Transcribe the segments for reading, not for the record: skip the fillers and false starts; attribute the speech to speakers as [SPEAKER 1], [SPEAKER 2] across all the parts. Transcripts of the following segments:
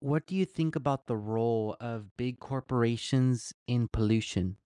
[SPEAKER 1] What do you think about the role of big corporations in pollution?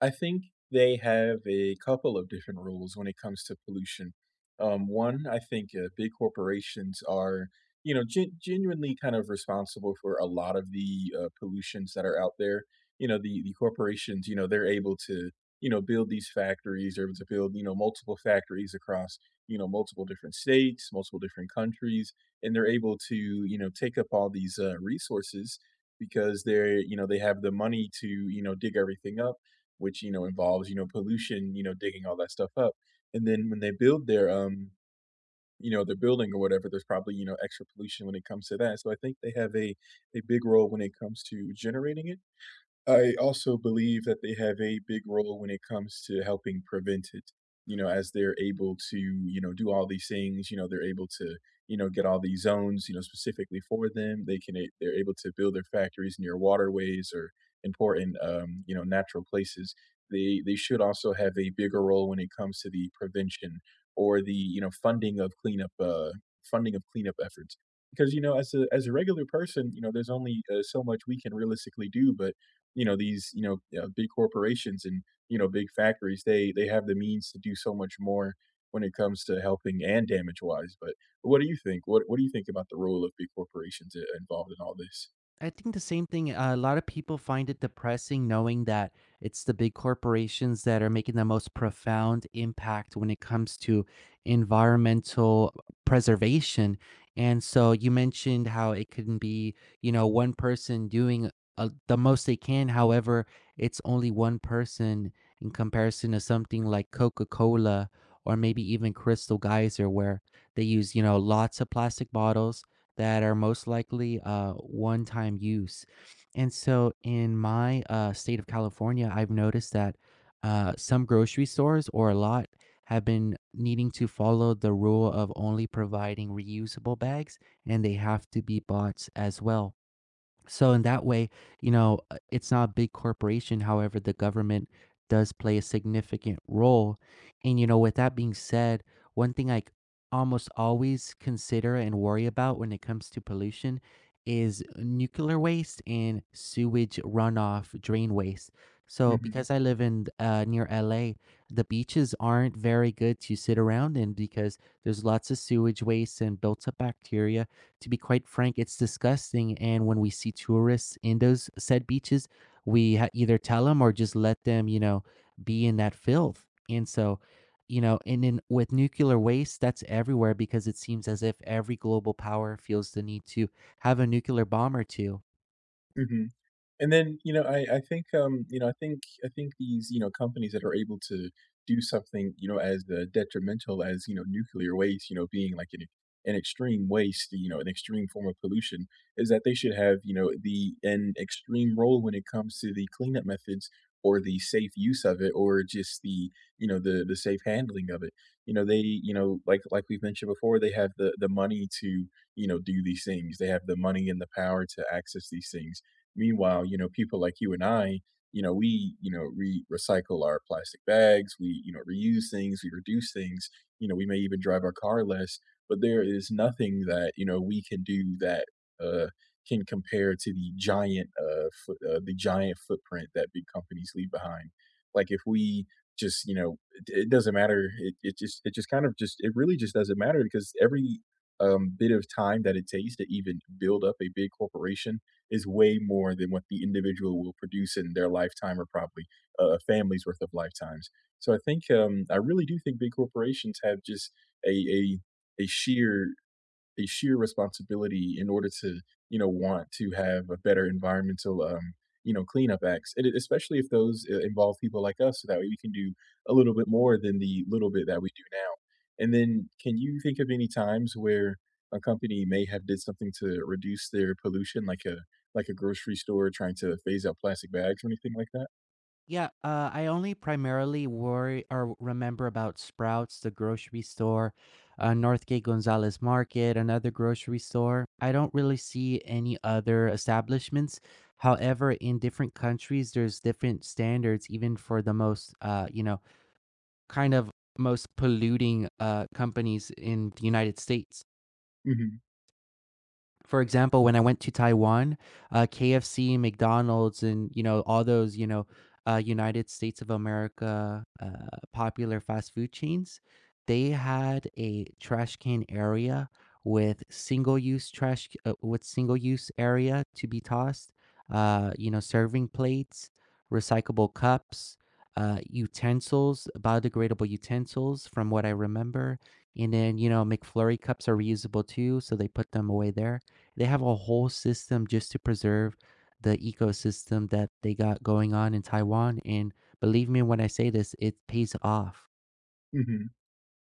[SPEAKER 2] I think they have a couple of different rules when it comes to pollution. One, I think big corporations are, you know, genuinely kind of responsible for a lot of the pollutions that are out there. You know, the corporations, you know, they're able to, you know, build these factories, they're able to build, you know, multiple factories across, you know, multiple different states, multiple different countries, and they're able to, you know, take up all these resources because they're, you know, they have the money to, you know, dig everything up which, you know, involves, you know, pollution, you know, digging all that stuff up. And then when they build their you know, their building or whatever, there's probably, you know, extra pollution when it comes to that. So I think they have a big role when it comes to generating it. I also believe that they have a big role when it comes to helping prevent it. You know, as they're able to, you know, do all these things, you know, they're able to, you know, get all these zones, you know, specifically for them. They can a they're able to build their factories near waterways or important, you know, natural places. They should also have a bigger role when it comes to the prevention or the, you know, funding of funding of cleanup efforts. Because, you know, as a regular person, you know, there's only so much we can realistically do, but you know, these, you know, big corporations and, you know, big factories, they have the means to do so much more when it comes to helping and damage wise. But what do you think? What do you think about the role of big corporations involved in all this?
[SPEAKER 1] I think the same thing. A lot of people find it depressing knowing that it's the big corporations that are making the most profound impact when it comes to environmental preservation. And so you mentioned how it can be, one person doing the most they can. However, it's only one person in comparison to something like Coca Cola, or maybe even Crystal Geyser, where they use, lots of plastic bottles that are most likely one-time use. And so in my state of California, I've noticed that some grocery stores, or a lot, have been needing to follow the rule of only providing reusable bags, and they have to be bots as well. So in that way, it's not a big corporation. However, the government does play a significant role. And, with that being said, one thing I almost always consider and worry about when it comes to pollution is nuclear waste and sewage runoff, drain waste. So
[SPEAKER 2] Hmm.
[SPEAKER 1] because I live in near LA, the beaches aren't very good to sit around in because there's lots of sewage waste and built up bacteria. To be quite frank, it's disgusting. And when we see tourists in those said beaches, we either tell them or just let them, be in that filth. And so, and in with nuclear waste, that's everywhere because it seems as if every global power feels the need to have a nuclear bomb or two.
[SPEAKER 2] Hmm. And then, you know, I think, you know, I think these, you know, companies that are able to do something, you know, as, detrimental as, you know, nuclear waste, you know, being like an extreme waste, you know, an extreme form of pollution, is that they should have, you know, the an extreme role when it comes to the cleanup methods or the safe use of it or just the, you know, the safe handling of it. You know, they, you know, like we've mentioned before, they have the money to, you know, do these things. They have the money and the power to access these things. Meanwhile, you know, people like you and I, you know, we, you know, re recycle our plastic bags, we, you know, reuse things, we reduce things, you know, we may even drive our car less, but there is nothing that, you know, we can do that uh can compare to the giant the giant footprint that big companies leave behind. Like if we just you know it doesn't matter it just kind of just it really just doesn't matter because every bit of time that it takes to even build up a big corporation is way more than what the individual will produce in their lifetime or probably a family's worth of lifetimes. So I think I really do think big corporations have just a a a sheer a sheer responsibility in order to, you know, want to have a better environmental, you know, cleanup acts, and especially if those involve people like us, so that way we can do a little bit more than the little bit that we do now. And then, can you think of any times where a company may have did something to reduce their pollution, like a grocery store trying to phase out plastic bags or anything like that?
[SPEAKER 1] Yeah, I only primarily worry or remember about Sprouts, the grocery store, Northgate Gonzalez Market, another grocery store. I don't really see any other establishments. However, in different countries, there's different standards, even for the most, kind of most polluting companies in the United States.
[SPEAKER 2] Hmm.
[SPEAKER 1] For example, when I went to Taiwan, KFC, McDonald's, and all those United States of America popular fast food chains, they had a trash can area with single use area to be tossed. Serving plates, recyclable cups, utensils, biodegradable utensils, from what I remember. And then McFlurry cups are reusable too, so they put them away there. They have a whole system just to preserve the ecosystem that they got going on in Taiwan, and believe me when I say this, it pays off.
[SPEAKER 2] Hmm.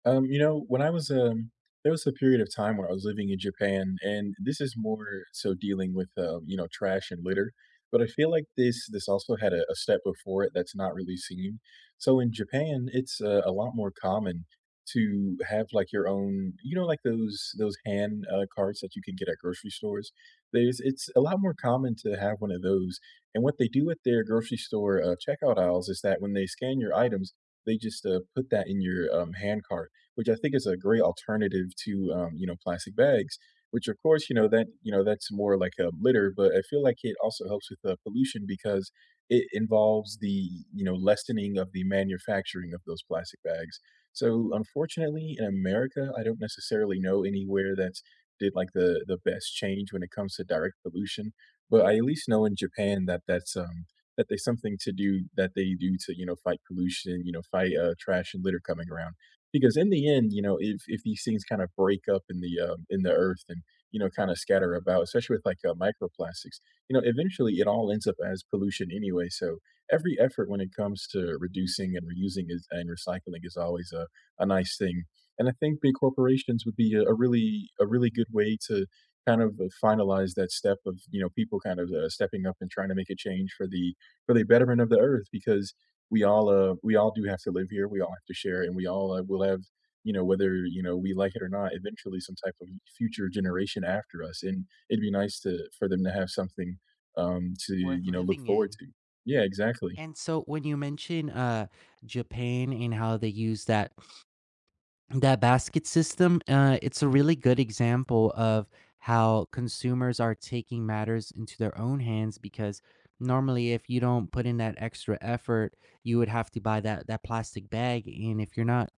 [SPEAKER 2] You know, when I was, there was a period of time when I was living in Japan, and this is more so dealing with, you know, trash and litter. But I feel like this also had a step before it that's not really seen. So in Japan, it's a lot more common to have like your own, you know, like those hand carts that you can get at grocery stores. There's It's a lot more common to have one of those. And what they do at their grocery store checkout aisles is that when they scan your items, they just put that in your hand cart which I think is a great alternative to you know plastic bags. Which of course you know that you know that's more like a litter, but I feel like it also helps with the pollution because it involves the you know lessening of the manufacturing of those plastic bags. So unfortunately, in America, I don't necessarily know anywhere that's did like the best change when it comes to direct pollution. But I at least know in Japan that that's that there's something to do that they do to you know fight pollution, you know fight trash and litter coming around. Because in the end, you know, if these things kind of break up in the earth and, you know, kinda scatter about, especially with, like, microplastics, you know, eventually it all ends up as pollution anyway, so every effort when it comes to reducing and reusing is and recycling is always a nice thing, and I think big corporations would be a really good way to kind of, finalize that step of, you know, people kind of, stepping up and trying to make a change for the betterment of the earth because we all do have to live here. We all have to share, and we all will have you know whether you know we like it or not, eventually some type of future generation after us, and it'd be nice to for them to have something to
[SPEAKER 1] Worth
[SPEAKER 2] you know look
[SPEAKER 1] living
[SPEAKER 2] forward
[SPEAKER 1] in.
[SPEAKER 2] to. Yeah, exactly.
[SPEAKER 1] And so when you mention, Japan, and how they use that basket system, it's a really good example of how consumers are taking matters into their own hands, because normally if you don't put in that extra effort, you would have to buy that plastic bag, and if you're not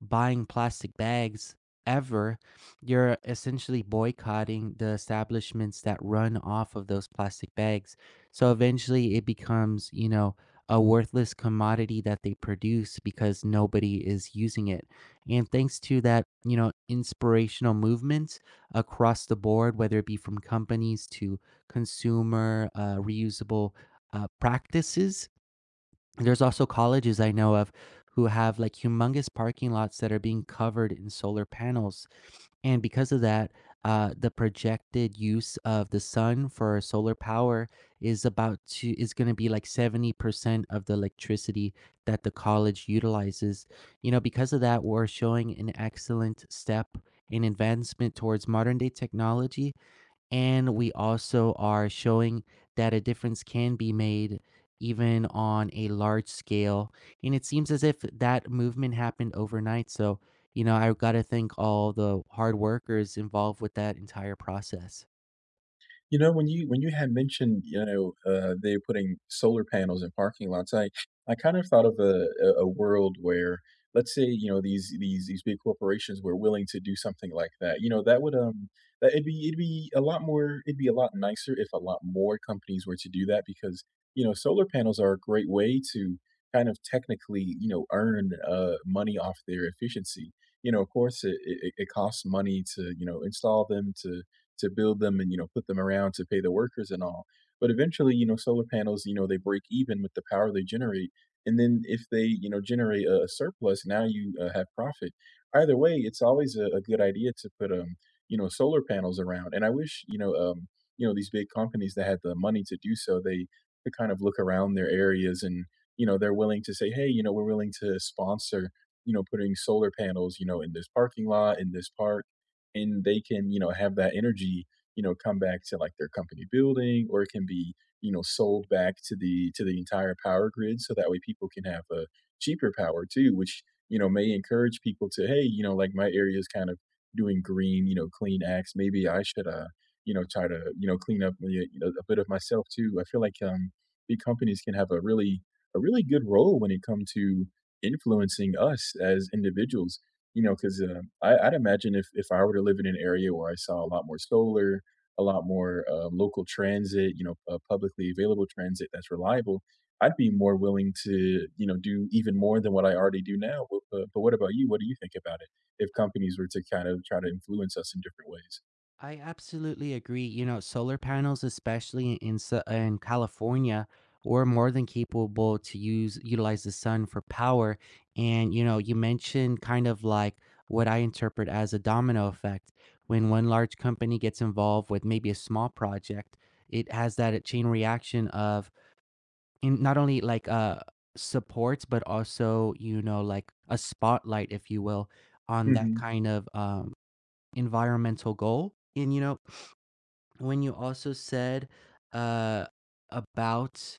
[SPEAKER 1] buying plastic bags ever, you're essentially boycotting the establishments that run off of those plastic bags. So eventually it becomes, a worthless commodity that they produce because nobody is using it. And thanks to that, inspirational movement across the board, whether it be from companies to consumer reusable practices, there's also colleges I know of who have like humongous parking lots that are being covered in solar panels. And because of that, the projected use of the sun for solar power is going to be like 70% of the electricity that the college utilizes. Because of that, we're showing an excellent step in advancement towards modern day technology, and we also are showing that a difference can be made even on a large scale. And it seems as if that movement happened overnight. So, I got to thank all the hard workers involved with that entire process.
[SPEAKER 2] You know, when you had mentioned, you know, they're putting solar panels in parking lots, I kind of thought of a world where, let's say, you know, these big corporations were willing to do something like that. You know, that would, that it'd be a lot more it'd be a lot nicer if a lot more companies were to do that because, you know, solar panels are a great way to kind of technically, you know, earn, money off their efficiency. You know, of course, it costs money to, you know, install them, to build them and you know put them around to pay the workers and all but eventually you know solar panels you know they break even with the power they generate and then if they you know generate a surplus now you have profit either way it's always a good idea to put you know solar panels around and I wish you know these big companies that had the money to do so they could kind of look around their areas and you know they're willing to say hey you know we're willing to sponsor you know putting solar panels you know in this parking lot in this park and they can you know have that energy you know come back to like their company building or it can be you know sold back to the entire power grid so that way people can have a cheaper power too which you know may encourage people to hey you know like my area is kind of doing green you know clean acts maybe I should you know try to you know clean up you know, a bit of myself too. I feel like big companies can have a really good role when it comes to influencing us as individuals you know, 'cause, I'd imagine if I were to live in an area where I saw a lot more solar, a lot more, local transit, you know, publicly available transit that's reliable, I'd be more willing to, you know, do even more than what I already do now. But but what about you? What do you think about it if companies were to kind of try to influence us in different ways?
[SPEAKER 1] I absolutely agree. Solar panels, especially in California, were more than capable to use utilize the sun for power. And you mentioned kind of like what I interpret as a domino effect. When one large company gets involved with maybe a small project, it has that chain reaction of in not only like supports, but also like a spotlight, if you will, on that
[SPEAKER 2] Mhm.
[SPEAKER 1] kind of environmental goal. And when you also said uh, about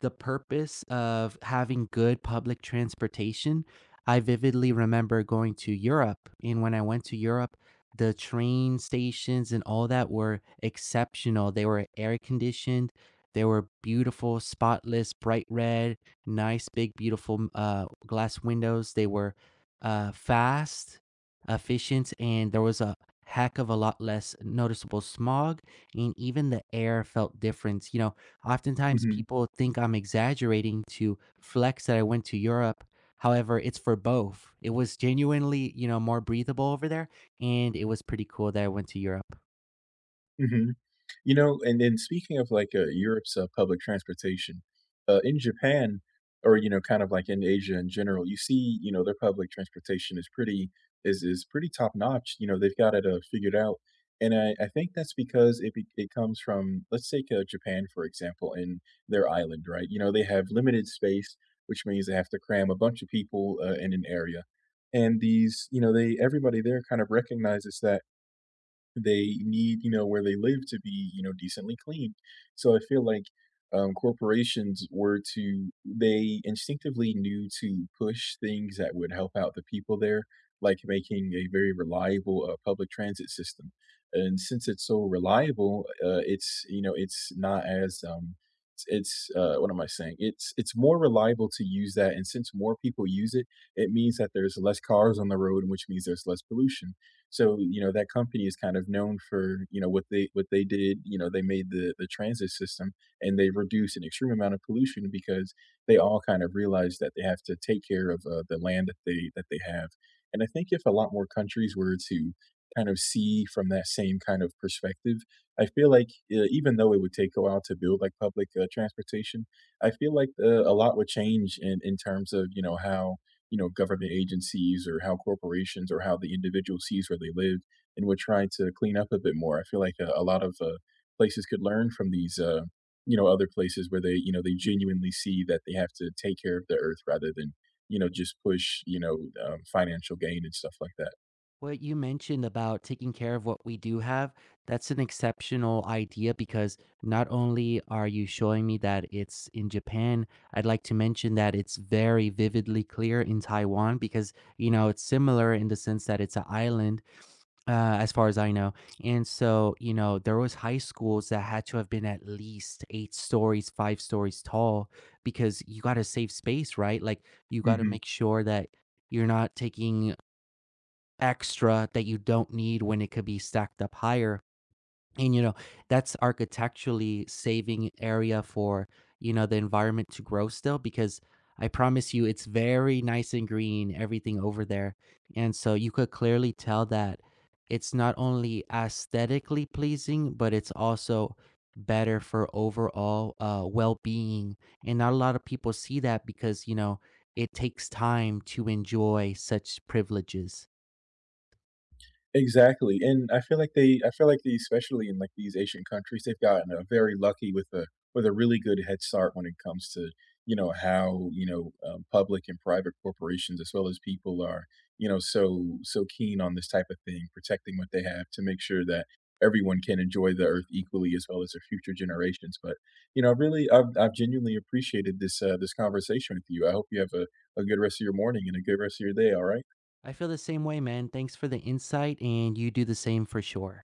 [SPEAKER 1] the purpose of having good public transportation, I vividly remember going to Europe, and when I went to Europe, the train stations and all that were exceptional. They were air conditioned. They were beautiful, spotless, bright red, nice, big, beautiful glass windows. They were fast, efficient, and there was a heck of a lot less noticeable smog. And even the air felt different. Oftentimes,
[SPEAKER 2] Mhm.
[SPEAKER 1] people think I'm exaggerating to flex that I went to Europe. However, it's for both. It was genuinely, more breathable over there, and it was pretty cool that I went to Europe.
[SPEAKER 2] Mhm. You know, and then speaking of, like, Europe's, public transportation, in Japan or, you know, kind of like in Asia in general, you see, you know, their public transportation is pretty top notch, you know, they've got it, figured out, and I think that's because it comes from let's take, Japan, for example, and their island, right? You know, they have limited space, which means they have to cram a bunch of people, in an area, and these you know, they everybody there kind of recognizes that they need, you know, where they live to be, you know, decently clean. So I feel like, corporations were to they instinctively knew to push things that would help out the people there, like making a very reliable, public transit system. And since it's so reliable, it's, you know, it's not as, what am I saying? It's more reliable to use that, and since more people use it, it means that there's less cars on the road, which means there's less pollution. So, you know, that company is kind of known for, you know, what they did, you know, they made the transit system and they reduced an extreme amount of pollution because they all kind of realized that they have to take care of the land that they have. And I think if a lot more countries were to kind of see from that same kind of perspective, I feel like even though it would take a while to build like public transportation, I feel like a lot would change in terms of, you know, how you know, government agencies or how corporations or how the individual sees where they live, and would try to clean up a bit more. I feel like a lot of places could learn from these, you know, other places where they, you know, they genuinely see that they have to take care of the earth rather than, you know, just push, you know, financial gain and stuff like that.
[SPEAKER 1] What you mentioned about taking care of what we do have, that's an exceptional idea, because not only are you showing me that it's in Japan, I'd like to mention that it's very vividly clear in Taiwan, because, it's similar in the sense that it's an island. As far as I know. And so, there was high schools that had to have been at least eight stories, five stories tall, because you got to save space, right? Like, you got to
[SPEAKER 2] Hmm.
[SPEAKER 1] make sure that you're not taking extra that you don't need when it could be stacked up higher, and that's architecturally saving area for the environment to grow still, because I promise you it's very nice and green, everything over there. And so you could clearly tell that it's not only aesthetically pleasing, but it's also better for overall well-being. And not a lot of people see that, because it takes time to enjoy such privileges.
[SPEAKER 2] Exactly, and I feel like they especially in, like, these Asian countries, they've gotten, very lucky with a really good head start when it comes to, you know, how, you know, public and private corporations as well as people are, you know, so keen on this type of thing, protecting what they have to make sure that everyone can enjoy the earth equally as well as their future generations, but, you know, really, I've genuinely appreciated this, this conversation with you. I hope you have a good rest of your morning and a good rest of your day, alright?
[SPEAKER 1] I feel the same way, man. Thanks for the insight, and you do the same for sure.